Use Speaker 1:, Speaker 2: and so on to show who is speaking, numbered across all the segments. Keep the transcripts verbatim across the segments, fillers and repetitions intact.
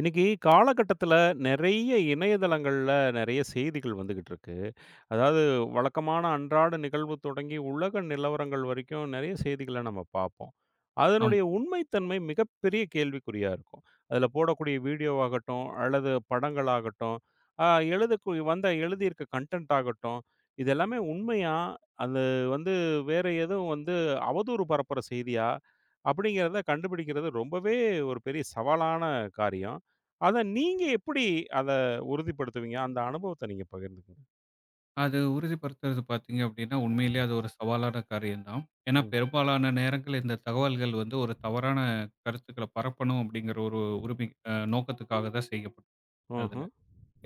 Speaker 1: இன்னைக்கு காலகட்டத்தில நெறைய இணையதளங்கள்ல நெறைய செய்திகள் வந்துகிட்டு இருக்கு. அதாவது வழக்கமான அன்றாட நிகழ்வு தொடங்கி உலக நிலவரங்கள் வரைக்கும் நெறைய செய்திகள நம்ம பார்ப்போம்.
Speaker 2: ஆமா.
Speaker 1: அதனுடைய உண்மைத்தன்மை மிகப்பெரிய கேள்விக்குறியா இருக்கும். அதில போடக்கூடிய வீடியோவாகட்டும், அல்லது படங்களாகட்டும், அ எழுதக்கு வந்த எழுதியிருக்க கன்டென்ட் ஆகட்டும், இது எல்லாமே உண்மையா? அது வந்து வேற எதுவும் வந்து அவதூறு பரப்புற செய்தியா? அப்படிங்கிறத கண்டுபிடிக்கிறது ரொம்பவே ஒரு பெரிய சவாலான காரியம். அத நீங்க எப்படி அத உறுதிப்படுத்துவீங்க? அந்த அனுபவத்த நீங்க பகிர்ந்துக்கங்க.
Speaker 2: அது உறுதிப்படுத்துறது பார்த்தீங்க அப்படின்னா, உண்மையிலேயே அது ஒரு சவாலான காரியம் தான். ஏன்னா,
Speaker 1: ம்.
Speaker 2: பெரும்பாலான நேரங்கள் இந்த தகவல்கள் வந்து ஒரு தவறான கருத்துக்கள பரப்பணும் அப்படிங்கிற ஒரு உரிமை அ நோக்கத்துக்காக தான் செய்யப்படும் அதுல.
Speaker 1: ம்ஹ்ம்.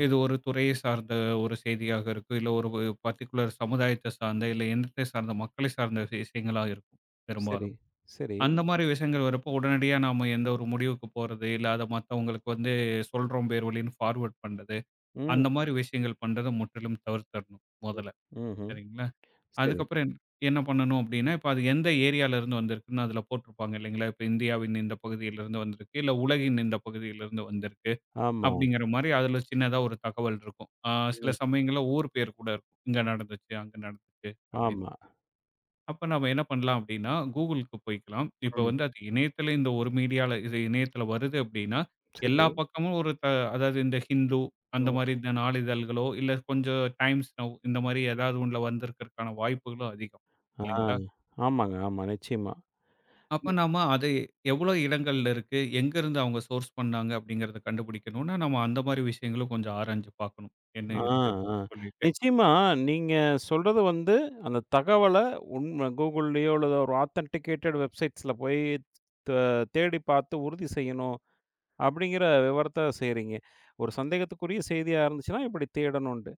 Speaker 2: இது ஒரு துறையை சார்ந்த ஒரு செய்தியாக இருக்கும், இல்ல ஒரு பர்ட்டிகுலர் சமுதாயத்த சார்ந்த, இல்ல இனத்தை சார்ந்த மக்களை சார்ந்த விஷயங்களா இருக்கும்
Speaker 1: சரி,
Speaker 2: பெரும்பாலும்.
Speaker 1: சரி.
Speaker 2: அந்த மாரி விஷயங்கள் வரப்போ உடனடியா நாம எந்த ஒரு முடிவுக்கு போறது, இல்ல அத மத்தவங்களுக்கு வந்து சொல்றோம் பேர் வழின்னு ஃபார்வர்ட் பண்றது,
Speaker 1: ம்.
Speaker 2: அந்த மாரி விஷயங்கள் பண்றத முற்றிலும் தவிர்த்தரணும்
Speaker 1: ம்.
Speaker 2: மொதல்ல.
Speaker 1: ம்ஹ்ம்.
Speaker 2: சரிங்களா.
Speaker 1: சரி.
Speaker 2: அதுக்கப்புறம் என் என்ன பண்ணணும் அப்படின்னா, இப்ப அது எந்த ஏரியாலருந்து வந்திருக்குன்னு அதுல போட்டிருப்பாங்க இல்லைங்களா? இப்ப இந்தியாவின் இந்த பகுதியிலிருந்து வந்திருக்கு, இல்ல உலகின் இந்த பகுதியிலிருந்து வந்திருக்கு
Speaker 1: ஆமா.
Speaker 2: அப்படிங்கிற மாரி அதுல சின்னதா ஒரு தகவல் இருக்கும். ஆ சில
Speaker 1: ம்.
Speaker 2: சமயங்கள்ல ஊர் பேர் கூட இருக்கும். இங்க நடந்துச்சு, அங்க நடந்துச்சு அப்படின்னு.
Speaker 1: ஆமா.
Speaker 2: அப்ப நம்ம என்ன பண்ணலாம் அப்படின்னா, கூகுளுக்கு போய்க்கலாம். இப்ப
Speaker 1: ம்.
Speaker 2: வந்து அது இணையத்தில இந்த ஒரு மீடியால இது இணையத்தில வருது அப்படின்னா,
Speaker 1: சரி.
Speaker 2: எல்லா பக்கமும் ஒரு த அதாவது இந்த ஹிந்து அந்த
Speaker 1: ம்.
Speaker 2: மாரி இந்த நாளிதழ்களோ, இல்ல கொஞ்சம் டைம்ஸ் நவ் இந்த மாரி ஏதாவது ஒண்ணுல வந்திருக்கிறதுக்கான வாய்ப்புகளும் அதிகம்.
Speaker 1: ஆ.
Speaker 2: இல்லைங்களா?
Speaker 1: ஆமாங்க. ஆமா. நிச்சயமா.
Speaker 2: அப்ப
Speaker 1: நி
Speaker 2: நாம அது எவ்வளோ இடங்கள்ல இருக்கு, எங்கேருந்து அவங்க சோர்ஸ் பண்ணாங்க அப்படிங்கிறத கண்டுபிடிக்கணும்னா, நம்ம அந்த மாரி விஷயங்களும் கொஞ்சம் ஆராய்ஞ்சு பார்க்கணும். என்ன
Speaker 1: ஆ,
Speaker 2: இருக்கு
Speaker 1: ஆ.
Speaker 2: அப்படின்னு சொல்லிட்டு.
Speaker 1: நிச்சயமா நீங்க சொல்றது வந்து, அந்த தகவல உண்ம Googleலயோ அல்லது ஒரு ஆத்தன்டிகேட்டட் வெப்சைட்ஸ்ல போய் த தேடி பார்த்து உறுதி செய்யணும், அப்படிங்கிற விவரத்த செய்றீங்க. ஒரு சந்தேகத்துக்குரிய செய்தியா இருந்துச்சுன்னா இப்படி தேடணுன்ட்டு.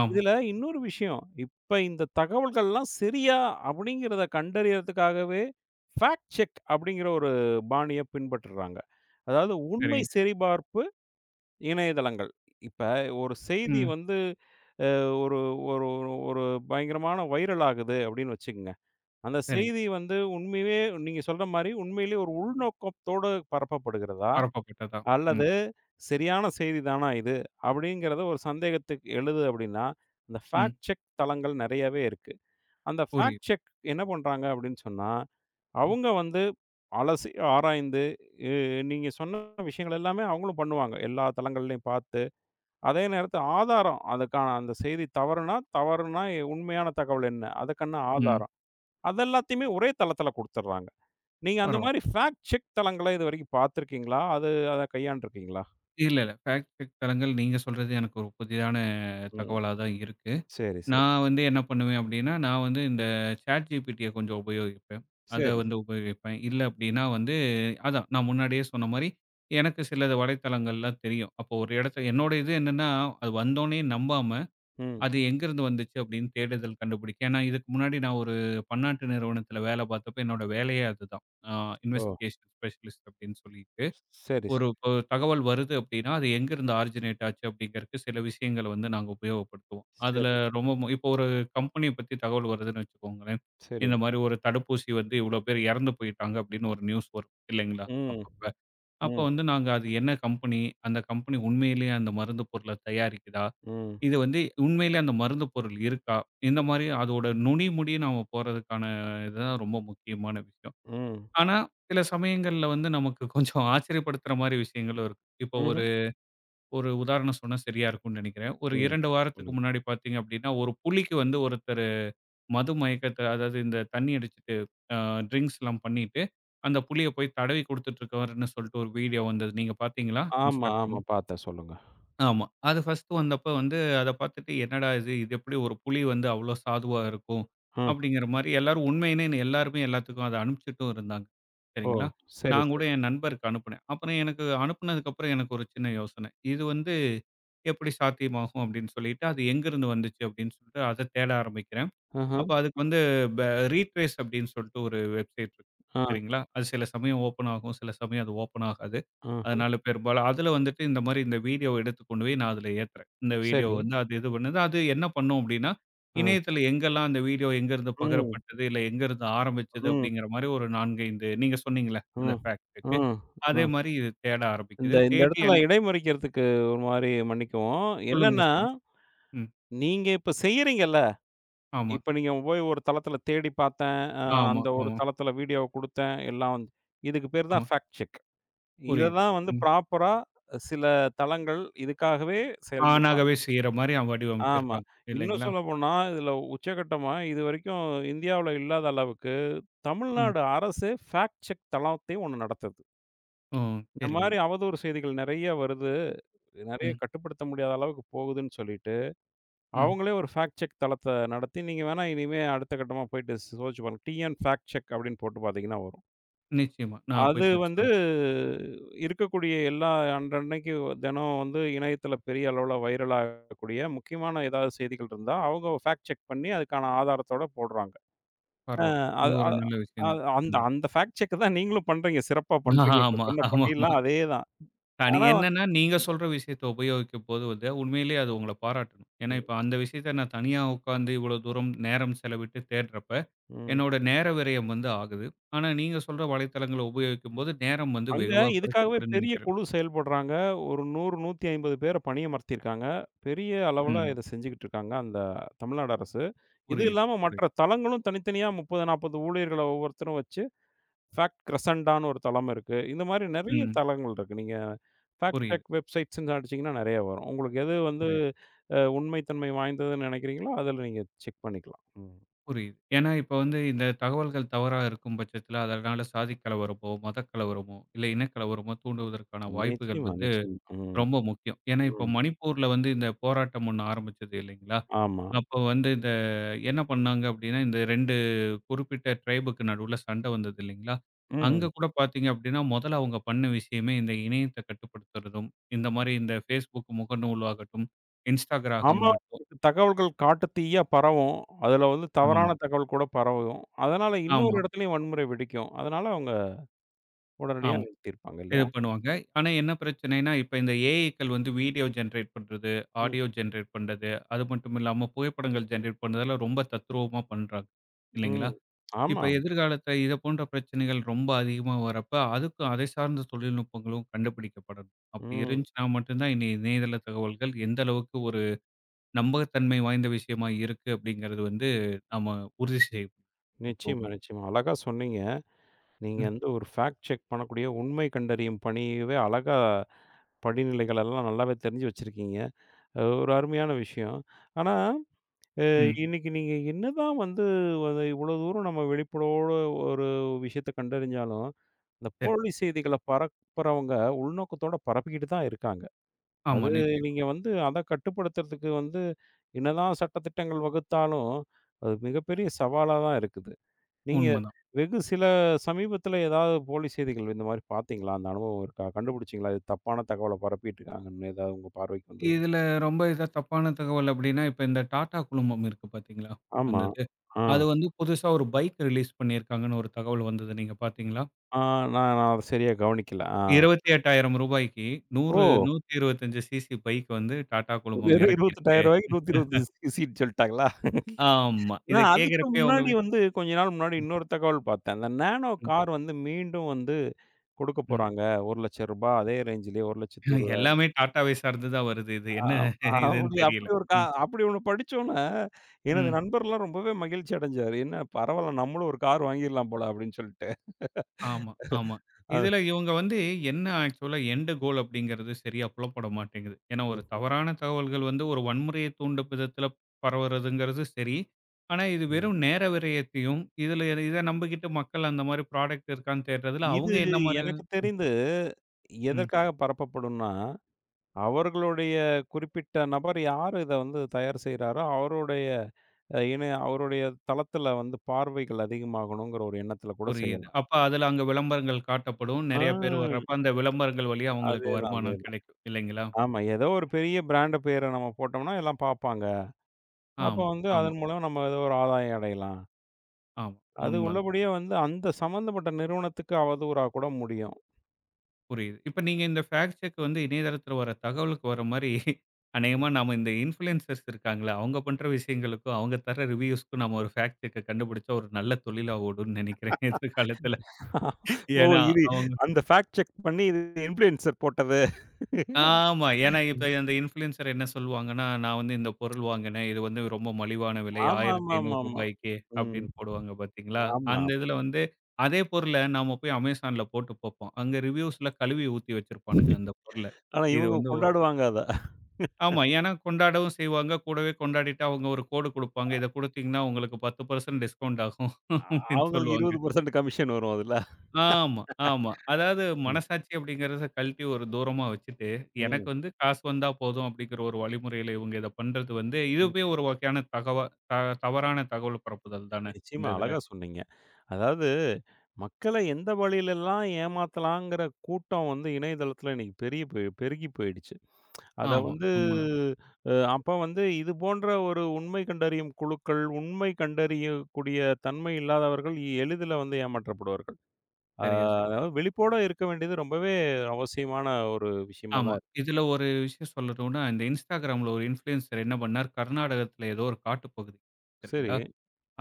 Speaker 2: ஆமா.
Speaker 1: இதுல இன்னொரு விஷயம். இப்ப இந்த தகவல்கள்லாம் சரியா அப்படிங்கிறத கண்டறியறதுக்காகவே, ஃபேக்ட் செக் அப்படிங்கிற ஒரு பாணிய பின்பற்றுறாங்க. அதாவது உண்மை
Speaker 2: சரிங்க.
Speaker 1: சரிபார்ப்பு இணையதளங்கள். இப்ப ஒரு செய்தி
Speaker 2: ம்.
Speaker 1: வந்து அ ஒரு ஒரு ஒரு ஒரு பயங்கரமான வைரல் ஆகுது அப்படின்னு வச்சுக்கங்க. அந்த
Speaker 2: சரிங்க.
Speaker 1: செய்தி வந்து உண்மையிலே நீங்க சொல்ற மாரி உண்மையிலே ஒரு உள்நோக்கத்தோடு பரப்பப்படுகிறதா?
Speaker 2: பரப்பப்பட்டதா. ம்.
Speaker 1: அல்லது சரியான செய்தி தானா இது? அப்படிங்கிறத ஒரு சந்தேகத்துக்கு எழுது அப்படின்னா, அந்த
Speaker 2: ம்.
Speaker 1: ஃபேக்ட் செக் தளங்கள் நிறையவே இருக்கு. அந்த ஃபேக்ட்
Speaker 2: புரியுது.
Speaker 1: செக் என்ன பண்றாங்க அப்படின்னு சொன்னா,
Speaker 2: ம்.
Speaker 1: அவங்க வந்து அலசி ஆராய்ந்து, இ நீங்க சொன்ன விஷயங்கள் எல்லாமே அவங்களும் பண்ணுவாங்க. எல்லா தளங்கள்லயும் பார்த்து, அதே நேரத்துல ஆதாரம் அதுக்கான அந்த செய்தி தவறுனா, தவறுனா எ- உண்மையான தகவல் என்ன? அதுக்கான
Speaker 2: ம்.
Speaker 1: ஆதாரம். அதெல்லாத்தையுமே ஒரே தளத்துல குடுத்துடுறாங்க. நீங்க அந்த
Speaker 2: பரவால்ல.
Speaker 1: மாரி ஃபேக்ட் செக் தளங்கள இதுவரைக்கும் பார்த்திருக்கீங்களா? அது அத கையாண்டுருக்கீங்களா?
Speaker 2: இல்ல, இல்ல. ஃபேக்ட் செக் தளங்கள் நீங்க சொல்றது எனக்கு ஒரு புதிதான
Speaker 1: ம்.
Speaker 2: தகவலா தான் இருக்கு.
Speaker 1: சரி, சரி.
Speaker 2: நான் வந்து என்ன பண்ணுவேன் அப்டின்னா, நான் வந்து இந்த ChatGPTய கொஞ்சம் உபயோகிப்பேன். அத
Speaker 1: சரி,
Speaker 2: வந்து
Speaker 1: சரி.
Speaker 2: உபயோகிப்பேன். இல்ல அப்டின்னா வந்து அதான் நான் முன்னாடியே சொன்ன மாரி, எனக்கு சிலது வலைத்தளங்கள்லாம் தெரியும். அப்போ ஒரு இடத்த என்னோட இது என்னன்னா, அது வந்தோனே நம்பாம,
Speaker 1: ம்.
Speaker 2: அது எங்கேருந்து வந்துச்சு அப்டின்னு தேடுதல் கண்டுபிடிக்க ஏன்னா இதுக்கு முன்னாடி நான் ஒரு பன்னாட்டு நிறுவனத்தில வேல பார்த்தப்ப என்னோட வேலையே அதுதான். அ
Speaker 1: ஓ!
Speaker 2: இன்வெஸ்டிகேஷன் ஸ்பெஷலிஸ்ட் அப்டின்னு சொல்லிட்டு.
Speaker 1: சரி,
Speaker 2: ஒரு
Speaker 1: சரி,
Speaker 2: இப்போ தகவல் வருது அப்படின்னா, அது எங்கேருந்து ஆரிஜினேட் ஆச்சு அப்படிங்கிறதுக்கு சில விஷயங்கள வந்து நாங்க உபயோகப்படுத்துவோம். அதில
Speaker 1: சரி,
Speaker 2: ரொம்ப மு இப்போ ஒரு கம்பெனிய பத்தி தகவல் வருதுன்னு வச்சுக்கோங்களேன்.
Speaker 1: சரி.
Speaker 2: இந்த மாரி ஒரு தடுப்பூசி வந்து இவ்வளோ பேர் இறந்து போயிட்டாங்க அப்படின்னு ஒரு நியூஸ் வரும் இல்லைங்களா?
Speaker 1: ம்.
Speaker 2: அப்பப்ப. அப்போ
Speaker 1: ம்.
Speaker 2: வந்து நாங்க அது என்ன கம்பெனி, அந்த கம்பெனி உண்மையிலேயே அந்த மருந்து பொருள தயாரிக்குதா?
Speaker 1: ம்.
Speaker 2: இது வந்து உண்மையிலேயே அந்த மருந்து பொருள் இருக்கா? இந்த
Speaker 1: ம்.
Speaker 2: மாரி அதோட நுனி முடிய நாம போறதுக்கான இதுதான் ரொம்ப முக்கியமான விஷயம்.
Speaker 1: ம்.
Speaker 2: ஆனா, சில சமயங்கள்ல வந்து நமக்கு கொஞ்சம் ஆச்சரியப்படுத்துற மாரி விஷயங்களும் இருக்கு. இப்போ
Speaker 1: ம்ஹ்ம்.
Speaker 2: ஒரு ஒரு உதாரணம் சொன்னா சரியா இருக்கும்னு நெனைக்கிறேன். ஒரு
Speaker 1: ம்.
Speaker 2: இரண்டு வாரத்துக்கு
Speaker 1: சொல்லுங்க.
Speaker 2: முன்னாடி பார்த்தீங்க அப்டின்னா, ஒரு புலிக்கு வந்து ஒருத்தரு மது மயக்கத்த அதாவது இந்த தண்ணி அடிச்சுட்டு அ ட்ரிங்க்ஸ்லாம் பண்ணிட்டு, அந்த புலிய போய் தடவி குடுத்துட்டு இருக்கவர்ன்னு சொல்லிட்டு ஒரு வீடியோ வந்தது. நீங்க பார்த்தீங்களா?
Speaker 1: ஆமா,
Speaker 2: Instagram.
Speaker 1: ஆமா. பார்த்தேன். சொல்லுங்க.
Speaker 2: ஆமா. அது ஃபர்ஸ்ட்டு வந்தப்ப வந்து அத பார்த்துட்டு என்னடா இது! இது எப்படி ஒரு புலி வந்து அவ்ளோ சாதுவா இருக்கும்?
Speaker 1: ம்.
Speaker 2: அப்படிங்கிற மாரி எல்லாரும் உண்மையிலேயே எல்லாருமே எல்லாத்துக்கும் அத அனுப்பிச்சுட்டும் இருந்தாங்க.
Speaker 1: ஓ!
Speaker 2: சரிங்களா?
Speaker 1: சரி,
Speaker 2: நான் கூட
Speaker 1: சரி.
Speaker 2: என் நண்பருக்கு அனுப்புனேன். அப்புறம் எனக்கு அனுப்புனதுக்கப்புறம் எனக்கு ஒரு சின்ன யோசனை. இது வந்து எப்படி சாத்தியமாகும் அப்படின்னு சொல்லிட்டு, அது எங்கிருந்து வந்துச்சு அப்படின்னு சொல்லிட்டு அத தேட ஆரம்பிக்கிறேன்.
Speaker 1: ஆஹ.
Speaker 2: அப்ப அதுக்கு வந்து ப ரீட்ரேஸ் அப்படின்னு சொல்லிட்டு ஒரு வெப்சைட் இருக்கு.
Speaker 1: ஆ,
Speaker 2: சரிங்களா? அது சில சமயம் ஓப்பன் ஆகும். சில சமயம் அது ஓப்பன் ஆகாது.
Speaker 1: ஆ.
Speaker 2: அதனால பெரும்பாலும் அதில வந்துட்டு இந்த மாரி இந்த வீடியோவ எடுத்து கொண்டு போய் நான் அதில ஏத்துறேன். இந்த வீடியோ
Speaker 1: சரி.
Speaker 2: வந்து அது இது பண்ணுது. அது என்ன பண்ணும் அப்படின்னா,
Speaker 1: ஆ.
Speaker 2: இணையத்தில எங்கெல்லாம் அந்த வீடியோ எங்கேருந்து
Speaker 1: ம்.
Speaker 2: பகிரப்பட்டது, இல்ல எங்கேருந்து ஆரம்பிச்சது
Speaker 1: ம்.
Speaker 2: அப்படிங்கிற மாரி ஒரு நான்கு, ஐந்து நீங்க சொன்னீங்கல்ல அந்த
Speaker 1: ம்.
Speaker 2: Fact check.
Speaker 1: ம்.
Speaker 2: அதே
Speaker 1: ஆ.
Speaker 2: மாரி இது தேட
Speaker 1: இந்த
Speaker 2: ஆரம்பிக்குது.
Speaker 1: இந்த
Speaker 2: தேடி
Speaker 1: இடத்துல
Speaker 2: எனக்கு
Speaker 1: இடைமறிக்கிறதுக்கு ஒரு மாரி மன்னிக்கவும்.
Speaker 2: சொல்லுங்க,
Speaker 1: என்னன்னா,
Speaker 2: சொல்லுங்க. ம்.
Speaker 1: நீங்க இப்ப செய்யறீங்கல்ல.
Speaker 2: ஆமா,
Speaker 1: இப்ப நீங்க போய் ஒரு தளத்துல தேடி பார்த்தேன். அ
Speaker 2: ஆமா,
Speaker 1: அந்த ஒரு
Speaker 2: ஆமா,
Speaker 1: தளத்துல வீடியோவ குடுத்தேன். எல்லாம் வந்து இதுக்கு பேரு
Speaker 2: ஆமா.
Speaker 1: தான் ஃபேக்ட் செக்.
Speaker 2: புரியுது.
Speaker 1: இததான் வந்து
Speaker 2: ம்.
Speaker 1: ப்ராப்பரா சில தளங்கள் இதுக்காகவே செயல்படுறாங்க.
Speaker 2: தானாகவே செய்ற மாரி அவன்
Speaker 1: ஆமா.
Speaker 2: வடிவமைச்சிருக்காங்க.
Speaker 1: இன்னும்
Speaker 2: இல்லைங்களா?
Speaker 1: சொல்லப்போனா, இதுல உச்சகட்டமா இதுவரைக்கும் இந்தியாவுல இல்லாத அளவுக்கு,
Speaker 2: ம்.
Speaker 1: தமிழ்நாடு அரசு ஃபேக்ட் செக் தளத்தையும் ஒண்ணு நடத்துது.
Speaker 2: ஓ!
Speaker 1: இந்த
Speaker 2: சரிங்க.
Speaker 1: மாரி அவதூறு செய்திகள் நெறைய வருது. நெறைய
Speaker 2: ம்,
Speaker 1: கட்டுப்படுத்த முடியாத அளவுக்கு போகுதுன்னு சொல்லிட்டு,
Speaker 2: ம்.
Speaker 1: அவங்களே ஒரு ஃபேக்ட் செக் தளத்த நடத்தி, நீங்க வேணா இனிமே அடுத்த கட்டமா போயிட்டு சர்ச் பண்ணுங்க. டிஎன் ஃபேக்ட் செக் அப்படின்னு போட்டு பார்த்தீங்கன்னா வரும்.
Speaker 2: நிச்சயமா. நான்
Speaker 1: அது
Speaker 2: போய்
Speaker 1: வந்து
Speaker 2: பரிசோதி
Speaker 1: இருக்கக்கூடிய எல்லா அன்றன்னைக்கு தினம் வந்து இணையத்தில பெரிய அளவுல வைரல் ஆகக்கூடிய முக்கியமான ஏதாவது செய்திகள் இருந்தா, அவங்க ஃபேக்ட் செக் பண்ணி அதுக்கான ஆதாரத்தோட போடுறாங்க. அ
Speaker 2: பரவால்ல. இது
Speaker 1: அது அ
Speaker 2: ஒரு நல்ல விஷயம்
Speaker 1: அது
Speaker 2: தான்.
Speaker 1: அந்த
Speaker 2: ம்.
Speaker 1: அந்த ஃபேக்ட் செக் தான் நீங்களும் பண்றீங்க. சிறப்பா பண்றீங்க. இப்ப
Speaker 2: ஆமா,
Speaker 1: சொன்ன
Speaker 2: ஆமாமா.
Speaker 1: பணியெல்லாம் அதே தான்.
Speaker 2: தனி
Speaker 1: ஆனா வந்து
Speaker 2: என்னன்னா, நீங்க சொல்ற விஷயத்த உபயோகிக்கும்போது வந்து, உண்மையிலேயே அது உங்கள பாராட்டணும். ஏன்னா, இப்ப அந்த விஷயத்த நான் தனியா உட்காந்து இவ்வளோ தூரம் நேரம் செலவிட்டு தேடுறப்ப,
Speaker 1: ம்.
Speaker 2: என்னோட நேர விரயம் வந்து ஆகுது. ஆனா, நீங்க சொல்ற வலைத்தளங்கள உபயோகிக்கும்போது, நேரம் வந்து
Speaker 1: அங்க
Speaker 2: வெகுவா
Speaker 1: இதுக்காகவே
Speaker 2: குறைக்கப்படும்
Speaker 1: பெரிய
Speaker 2: நெனைக்கிறேன்.
Speaker 1: குழு செயல்படுறாங்க. ஒரு நூறு, நூற்று ஐம்பது பேர பணியமர்த்தியிருக்காங்க. பெரிய அளவுல
Speaker 2: ம்.
Speaker 1: இத செஞ்சுகிட்டு இருக்காங்க, அந்த தமிழ்நாடு அரசு. இது
Speaker 2: புரியுது,
Speaker 1: இல்லாம மற்ற
Speaker 2: புரியுது.
Speaker 1: தளங்களும் தனித்தனியா முப்பது, நாற்பது ஊழியர்கள ஒவ்வொருத்தரும் வச்சு, ஃபேக்ட் கிரசண்டான்னு ஒரு தளம் இருக்கு. இந்த மாரி நெறைய
Speaker 2: ம்.
Speaker 1: தளங்கள் இருக்கு. நீங்க ஃபேக்ட்
Speaker 2: புரியுது,
Speaker 1: செக் வெப்சைட்ஸ்ன்னு அடிச்சீங்கன்னா நெறைய வரும். உங்களுக்கு எது வந்து
Speaker 2: புரியுது.
Speaker 1: அ உண்மை தன்மை வாய்ந்ததுன்னு நெனைக்கிறீங்களோ, அதுல நீங்க செக் பண்ணிக்கலாம். ம்.
Speaker 2: புரியுது. ஏன்னா இப்ப வந்து இந்த தகவல்கள் தவறா இருக்கும் பட்சத்தில, அதனால சாதி கலவரமோ, மத கலவரமோ, இல்ல இனக்கலவரமோ தூண்டுவதற்கான வாய்ப்புகள்
Speaker 1: நிச்சயமா,
Speaker 2: வந்து
Speaker 1: நிச்சயமா. ம்,
Speaker 2: ரொம்ப முக்கியம். ஏன்னா இப்ப
Speaker 1: ம்.
Speaker 2: மணிப்பூர்ல வந்து இந்த போராட்டம் ஒண்ணு ஆரம்பிச்சது இல்லைங்களா?
Speaker 1: ஆமா.
Speaker 2: அப்போ வந்து இந்த என்ன பண்ணாங்க அப்டின்னா, இந்த இரண்டு குறிப்பிட்ட ட்ரைபுக்கு நடுவுல சண்ட வந்தது இல்லைங்களா? அங்க
Speaker 1: ம்.
Speaker 2: கூட பார்த்தீங்க அப்டின்னா, முதல்ல அவங்க பண்ண விஷயமே இந்த இணையத்த கட்டுப்படுத்துறதும், இந்த மாரி இந்த Facebook முகநூல் ஆகட்டும், Instagram
Speaker 1: ஆமா.
Speaker 2: ஆகட்டும்.
Speaker 1: தகவல்கள் காட்டுத்தீயா பரவும். அதுல வந்து தவறான
Speaker 2: ஆமா,
Speaker 1: ம். தகவல் கூட பரவும். அதனால
Speaker 2: ஆமா,
Speaker 1: இன்னொரு இடத்துலயும் வன்முறை வெடிக்கும். அதனால அவங்க உடனடியா
Speaker 2: ஆமா.
Speaker 1: நிறுத்தியிருப்பாங்க
Speaker 2: இது
Speaker 1: இல்லையா?
Speaker 2: பண்ணுவாங்க. ஆனா என்ன பிரச்சனைன்னா, இப்ப இந்த ஏஐக்கள் வந்து வீடியோ ஜெனரேட் பண்றது,
Speaker 1: ம்,
Speaker 2: ஆடியோ ஜெனரேட் பண்றது, அது மட்டும் இல்லாம புகைப்படங்கள் ஜெனரேட் பண்றதெல்லாம் ரொம்ப தத்ரூவமா பண்றாங்க. இல்லைங்களா?
Speaker 1: ம்.
Speaker 2: இப்ப
Speaker 1: ஆமா.
Speaker 2: எதிர்காலத்துல இத போன்ற பிரச்சனைகள் ரொம்ப அதிகமா வரப்ப, அதுக்கும் அதை சார்ந்த தொழில்நுட்பங்களும் கண்டுபிடிக்கப்படணும். அப்படி
Speaker 1: ம்.
Speaker 2: இருந்துச்சுன்னா மட்டும் தான் இனி இணையதள தகவல்கள் எந்த அளவுக்கு ஒரு நம்பகத்தன்மை வாய்ந்த விஷயமா இருக்கு அப்படிங்கிறது வந்து நாம உறுதி செய்ய முடியும்
Speaker 1: நிச்சயமா,
Speaker 2: எப்பவுமே.
Speaker 1: நிச்சயமா. அழகா சொன்னீங்க. நீங்க வந்து ஒரு ஃபேக்ட் செக் பண்ணக்கூடிய உண்மை கண்டறியும் பணியவே அழகா படிநிலைகள் எல்லாம் நல்லாவே தெரிஞ்சு வச்சிருக்கீங்க. அது ஒரு அருமையான விஷயம். ஆனா
Speaker 2: ம்.
Speaker 1: இன்னைக்கு நீங்க என்னதான் வந்து அது இவ்வளோ தூரம் நம்ம விழிப்போட ஒரு விஷயத்த கண்டறிஞ்சாலும், இந்த
Speaker 2: சரி.
Speaker 1: போலி செய்திகள பரப்புறவங்க உள்நோக்கத்தோட பரப்பிக்கிட்டு தான் இருக்காங்க.
Speaker 2: ஆமா
Speaker 1: அது
Speaker 2: நிச்சயமா.
Speaker 1: நீங்க வந்து அத கட்டுப்படுத்துறதுக்கு வந்து என்னதான் சட்டதிட்டங்கள் வகுத்தாலும், அது மிகப்பெரிய சவாலா தான் இருக்குது. நீங்க
Speaker 2: உண்ம தான்.
Speaker 1: வெகு சில சமீபத்தில ஏதாவது போலி செய்திகள் இந்த மாரி பார்த்தீங்களா? அந்த அனுபவம் இருக்கா? கண்டுபிடிச்சீங்களா? இது தப்பான தகவல பரப்பிட்டு இருக்காங்கன்னு ஏதாவது உங்க பார்வைக்கு வந்ததா?
Speaker 2: இதுல ரொம்ப இதா தப்பான தகவல் அப்படின்னா, இப்ப இந்த டாடா குழுமம் இருக்கு பார்த்தீங்களா? அந்த
Speaker 1: ஆமா.
Speaker 2: இது.
Speaker 1: ஆ.
Speaker 2: அது வந்து புதுசா ஒரு பைக் ரிலீஸ் பண்ணியிருக்காங்கன்னு ஒரு தகவல் வந்தது. நீங்க பார்த்தீங்களா?
Speaker 1: ஆ நான் நான் அத சரியா கவனிக்கல. ஆ.
Speaker 2: ரூ. 28,000க்கு நூறு
Speaker 1: ஓ!
Speaker 2: நூற்று இருபத்தி ஐந்து சிசி பைக் வந்து டாடா குழுமம்
Speaker 1: வெறும் ரூ.
Speaker 2: இறக்கியிருக்கு.
Speaker 1: 28,000க்கு நூற்று இருபத்தி ஐந்து சீட் சொல்ட்டாங்களா?
Speaker 2: ஆமா. இத
Speaker 1: நான் அதுக்கு
Speaker 2: கேட்கிறப்பயே
Speaker 1: முன்னாடி
Speaker 2: உங்களுக்கு
Speaker 1: வந்து கொஞ்ச நாள் முன்னாடி இன்னொரு தகவல் பார்த்தேன். அந்த நானோ
Speaker 2: ம்,
Speaker 1: கார் வந்து மீண்டும் வந்து கொடுக்க
Speaker 2: ம்.
Speaker 1: போறாங்க. ரூ. ஒரு லட்சம் அதே ரேஞ்சிலயே
Speaker 2: எல்லாமே
Speaker 1: ஒரு லட்சத்து இருபதாயிரம்
Speaker 2: டாடாவை சார்ந்து தான் வருது இது.
Speaker 1: ஆ
Speaker 2: என்ன இதுன்னு
Speaker 1: அப்படி
Speaker 2: தெரியல.
Speaker 1: அப்படி ஒரு கா
Speaker 2: ம்,
Speaker 1: அப்படி ஒண்ணு படிச்சோன்னே, எனது
Speaker 2: ம்.
Speaker 1: நண்பர்லாம் ரொம்பவே மகிழ்ச்சி அடைஞ்சாரு. என்ன பரவால்ல நம்மளும் ஒரு கார் வாங்கிடலாம் போல அப்படின்னு சொல்லிட்டு.
Speaker 2: ஆமா, ஆமா.
Speaker 1: அது
Speaker 2: இதுல இவங்க வந்து என்ன ஆக்சுவலா எண்ட் கோல் அப்படிங்கிறது சரியா புலப்பட மாட்டேங்குது. ஏன்னா, ஒரு
Speaker 1: ம்,
Speaker 2: தவறான தகவல்கள் வந்து ஒரு வன்முறையை தூண்டும் விதத்துல பரவுறதுங்கிறது சரி. ஆனா, இது
Speaker 1: ம்.
Speaker 2: வெறும் நேர விரயத்தையும், இதுல இத நம்பிக்கிட்டு மக்கள் அந்த மாரி ப்ராடக்ட் இருக்கான்னு தேடுறதுல
Speaker 1: இது
Speaker 2: அவங்க என்ன மாரி
Speaker 1: எனக்கு
Speaker 2: ம்,
Speaker 1: தெரிந்து
Speaker 2: ம்.
Speaker 1: எதற்காக பரப்பப்படும்னா அவர்களுடைய குறிப்பிட்ட நபர் யார் இத வந்து தயார் செய்றாரோ, அவருடைய அ இணை அவருடைய தளத்துல வந்து பார்வைகள் அதிகமாகணுங்கிற ஒரு எண்ணத்துல கூட
Speaker 2: புரியுது.
Speaker 1: செய்யலாம்.
Speaker 2: அப்ப அதுல அங்க விளம்பரங்கள் காட்டப்படும். நெறைய பேர்
Speaker 1: ஆ.
Speaker 2: வர்றப்ப அந்த விளம்பரங்கள் வழியா அவங்களுக்கு
Speaker 1: அதேதான்,
Speaker 2: வருமானம்
Speaker 1: அதேதான்.
Speaker 2: கிடைக்கும் இல்லைங்களா?
Speaker 1: ஆமா. ஏதோ ஒரு பெரிய பிராண்ட் பேர நம்ம போட்டோம்னா எல்லாம் பார்ப்பாங்க. அப்ப
Speaker 2: ஆமா,
Speaker 1: வந்து
Speaker 2: ஆமா,
Speaker 1: அதன் மூலம் நம்ம ஏதோ ஒரு ஆதாயம் அடையலாம்.
Speaker 2: ஆமா.
Speaker 1: அது
Speaker 2: உண்ம
Speaker 1: உள்ளபடியே வந்து அந்த சம்மந்தப்பட்ட நிறுவனத்துக்கு அவதூறா கூட முடியும்.
Speaker 2: புரியுது. இப்ப நீங்க இந்த ஃபேக்ட் செக் வந்து இணையதளத்துல வர தகவலுக்கு வர மாரி, அநேகமா நாம இந்த இன்ஃப்ளூயன்சர்ஸ் இருக்காங்கல்ல, அவங்க பண்ற விஷயங்களுக்கும், அவங்க தர ரிவ்யூஸ்க்கும் நம்ம ஒரு ஃபேக்ட் செக்க கண்டுபிடிச்சா ஒரு நல்ல தொழிலா ஓடும்னு நெனைக்கிறேன் எதிர்காலத்துல.
Speaker 1: ஓ!
Speaker 2: ஏன்னா,
Speaker 1: இது
Speaker 2: அவங்க
Speaker 1: அந்த ஃபேக்ட் செக் பண்ணி இது இன்ஃப்ளூயன்சர் போட்டது.
Speaker 2: ஆமா. ஏன்னா இப்ப
Speaker 1: ம்.
Speaker 2: அந்த இன்ஃப்ளூயன்சர் என்ன சொல்லுவாங்கன்னா, "நான் வந்து இந்த பொருள் வாங்கினேன். இது வந்து ரொம்ப மலிவான விலை ரூ. ஆயிரத்து ஐநூறு
Speaker 1: ஆமாமாமாமா. ம்.
Speaker 2: அப்படின்னு போடுவாங்க பார்த்தீங்களா?
Speaker 1: ஆமா.
Speaker 2: அந்த இதுல வந்து அதே பொருள நாம போய் Amazonல போட்டு பார்ப்போம். அங்க ரிவ்யூஸ்ல கழுவி ஊத்தி வச்சிருப்பானுங்க அந்த பொருள.
Speaker 1: ஆனா
Speaker 2: இது
Speaker 1: இவங்க
Speaker 2: வந்து
Speaker 1: கொண்டாடுவாங்க அத.
Speaker 2: ஆமா. ஏன்னா கொண்டாடவும் செய்வாங்க. கூடவே கொண்டாடிட்டு அவங்க ஒரு கோடு குடுப்பாங்க. இத குடுத்தீங்கன்னா உங்களுக்கு பத்து சதவீதம் டிஸ்கவுண்ட் ஆகும்
Speaker 1: அ
Speaker 2: அப்படின்னு
Speaker 1: அவங்களுக்கு
Speaker 2: சொல்லுவாங்க.
Speaker 1: இருபது சதவீதம் கமிஷன் வரும் அதுல.
Speaker 2: ஆமா, ஆமா. அதாவது
Speaker 1: ம்,
Speaker 2: மனசாட்சி அப்படிங்கிறத கழட்டி ஒரு தூரமா வச்சுட்டு, எனக்கு
Speaker 1: ம்.
Speaker 2: வந்து காசு வந்தா போதும் அப்படிங்கிற ஒரு வழிமுறையில இவங்க இத பண்றது வந்து,
Speaker 1: ம்.
Speaker 2: இதுவே ஒரு வகையான தகவ த தவறான தகவல் பரப்புதல் தானே இந்த
Speaker 1: நிச்சயமா
Speaker 2: இதுல.
Speaker 1: அழகா சொன்னீங்க. அதாவது மக்கள எந்த வழியிலலாம் ஏமாத்தலாங்கிற கூட்டம் வந்து இணையதளத்துல இன்னைக்கு பெரிய பெ பெருகி போயிடுச்சு. அத
Speaker 2: ஆமா,
Speaker 1: வந்து
Speaker 2: உண்மதான்.
Speaker 1: அ அப்ப வந்து இது போன்ற ஒரு உண்மை கண்டறியும் குழுக்கள், உண்மை கண்டறியக்கூடிய தன்மை இல்லாதவர்கள் எளிதில வந்து ஏமாற்றப்படுவார்கள். அ
Speaker 2: சரியா சொன்னீங்க.
Speaker 1: அதாவது விழிப்போட இருக்க வேண்டியது ரொம்பவே அவசியமான ஒரு விஷயமா
Speaker 2: ஆமா.
Speaker 1: தான் இருக்கு.
Speaker 2: இதுல ஒரு விஷயம் சொல்லணும்னா, இந்த Instagramல ஒரு இன்ஃப்ளூயன்சர் என்ன பண்ணார், கர்நாடகத்துல ஏதோ ஒரு காட்டுப்பகுதி
Speaker 1: சரி.
Speaker 2: சரிங்களா?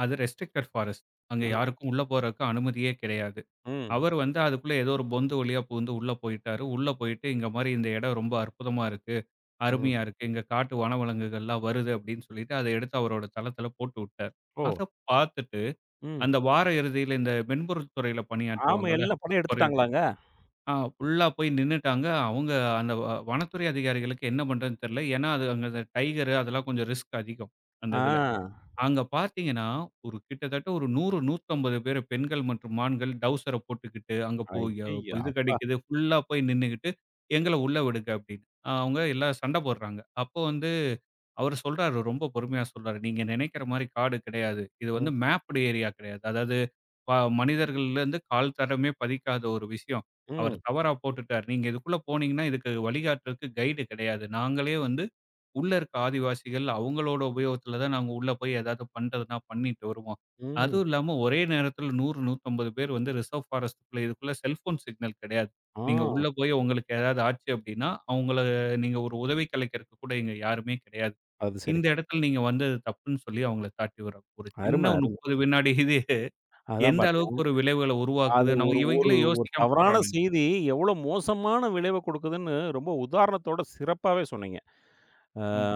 Speaker 2: அது ரெஸ்ட்ரிக்டட் ஃபாரஸ்ட். அங்க
Speaker 1: ஆ.
Speaker 2: யாருக்கும் உள்ள போறதுக்கு அனுமதியே கிடையாது.
Speaker 1: ம்.
Speaker 2: அவர் வந்து அதுக்குள்ள ஏதோ ஒரு பொந்து வழியா புகுந்து உள்ள போயிட்டாரு. உள்ள போயிட்டு "இங்க மாரி இந்த இடம் ரொம்ப அற்புதமா இருக்கு.
Speaker 1: ம்.
Speaker 2: அருமையா இருக்கு. இங்க காட்டு வனவிலங்குகள்லாம் வருது" அப்படின்னு சொல்லிட்டு அத எடுத்து அவரோட தளத்தில போட்டு விட்டாரு.
Speaker 1: ஓ!
Speaker 2: அத பார்த்துட்டு
Speaker 1: ம்.
Speaker 2: அந்த வார இறுதியில இந்த மென்பொருள் துறையில
Speaker 1: ஆமா.
Speaker 2: பணியாற்றுவாங்கல்ல.
Speaker 1: எல்லா படம்
Speaker 2: கொரியர்.
Speaker 1: எடுத்துட்டாங்களாங்க?
Speaker 2: ஆ ஃபுல்லா போய் நின்னுட்டாங்க. அவங்க அந்த வ வனத்துறை அதிகாரிகளுக்கு என்ன பண்றதுன்னு தெரியல. ஏன்னா அது அங்க டைகர் அதெல்லாம் கொஞ்சம் ரிஸ்க் அதிகம் அந்த
Speaker 1: ஆ.
Speaker 2: இதுல. அங்க பார்த்தீங்கன்னா, ஒரு கிட்டத்தட்ட ஒரு நூறு, நூற்று ஐம்பது பேரு பெண்கள் மற்றும் ஆண்கள் டவுசர போட்டுக்கிட்டு, அங்க போய் அஹ், போ
Speaker 1: ஐயய்யோ!
Speaker 2: ய இது
Speaker 1: அப்பா!
Speaker 2: கெடைக்குது, ஃபுல்லா போய் நின்னுகிட்டு, "எங்கள உள்ள விடுங்க" அப்படின்னு. அஹ் அவங்க எல்லாம் சண்ட போடுறாங்க. அப்போ வந்து அவரு சொல்றாரு, ரொம்ப பொறுமையா சொல்றாரு, "நீங்க நெனைக்கிற மாரி காடு கிடையாது. இது வந்து
Speaker 1: ம்,
Speaker 2: மேப்டு ஏரியா கிடையாது. அதாவது ப மனிதர்கள்லேருந்து கால் தடமே பதிக்காத ஒரு விஷயம். அவர்
Speaker 1: ம்,
Speaker 2: தவறா போட்டுட்டார். நீங்க இதுக்குள்ள போனீங்கன்னா, இதுக்கு வழிகாட்டுறதுக்கு கைடு கிடையாது. நாங்களே வந்து உள்ள இருக்க ஆதிவாசிகள் அவங்களோட உபயோகத்துல தான் நாங்க உள்ள போய் ஏதாவது பண்றதுன்னா பண்ணிட்டு வருவோம்.
Speaker 1: ம்.
Speaker 2: அதுவும் இல்லாம ஒரே நேரத்துல நூறு, நூற்று ஐம்பது பேர் வந்து ரிசர்வ் ஃபாரஸ்ட்குள்ள இதுக்குள்ள செல்போன் சிக்னல் கிடையாது. நீங்க
Speaker 1: ஆ.
Speaker 2: உள்ள போய் உங்களுக்கு ஏதாவது ஆச்சு அப்படின்னா, அவங்கள நீங்க ஒரு உதவி கலைக்கிறதுக்கு கூட இங்க யாருமே கிடையாது.
Speaker 1: அது சரி.
Speaker 2: இந்த இடத்துல நீங்க வந்தது தப்புன்னு சொல்லி அவங்கள தாட்டி விடுறோம். ஒரு சின்ன
Speaker 1: அரும,
Speaker 2: ம்.
Speaker 1: அரும.
Speaker 2: முப்பது வினாடி இது
Speaker 1: அதான்
Speaker 2: எந்த
Speaker 1: பாருங்க.
Speaker 2: அளவுக்கு ஒரு விளைவுகள உருவாக்குது.
Speaker 1: அது
Speaker 2: நம்ம
Speaker 1: ஒரு
Speaker 2: இவங்களே
Speaker 1: ஒரு
Speaker 2: யோசிக்காம
Speaker 1: தவறான
Speaker 2: போறானுங்க.
Speaker 1: செய்தி எவ்வளோ மோசமான விளைவ குடுக்குதுன்னு ரொம்ப உதாரணத்தோட சிறப்பாவே சொன்னீங்க. ஆ
Speaker 2: ம்.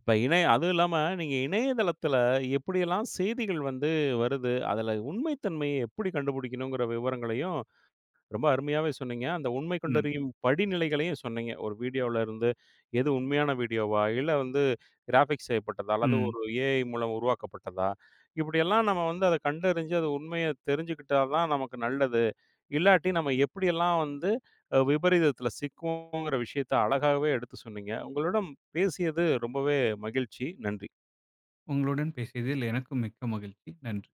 Speaker 1: இப்ப இணைய அதுவும் இல்லாம நீங்க இணையதளத்தில எப்படியெல்லாம் செய்திகள் வந்து வருது, அதில உண்மைத்தன்மையை எப்படி கண்டுபிடிக்கணுங்கிற விவரங்களையும் ரொம்ப அருமையாவே சொன்னீங்க. அந்த உண்மை
Speaker 2: ம்.
Speaker 1: கண்டறியும் படிநிலைகளையும் சொன்னீங்க. ஒரு வீடியோல இருந்து எது உண்மையான வீடியோவா? இல்ல வந்து கிராஃபிக்ஸ் செய்யப்பட்டதா? அல்லது
Speaker 2: ம்.
Speaker 1: ஒரு ஏஐ மூலம் உருவாக்கப்பட்டதா? இப்படியெல்லாம் நம்ம வந்து அத கண்டறிஞ்சு அது உண்மைய தெரிஞ்சுக்கிட்டா தான் நமக்கு நல்லது. இல்லாட்டி நம்ம எப்படியெல்லாம் வந்து அ விபரீதத்துல சிக்குவோங்கிற விஷயத்த அழகாகவே எடுத்து சொன்னீங்க. உங்களிடம் பேசியது ரொம்பவே மகிழ்ச்சி. நன்றி.
Speaker 2: உங்களுடன் பேசியதில் எனக்கும் மிக்க மகிழ்ச்சி. நன்றி.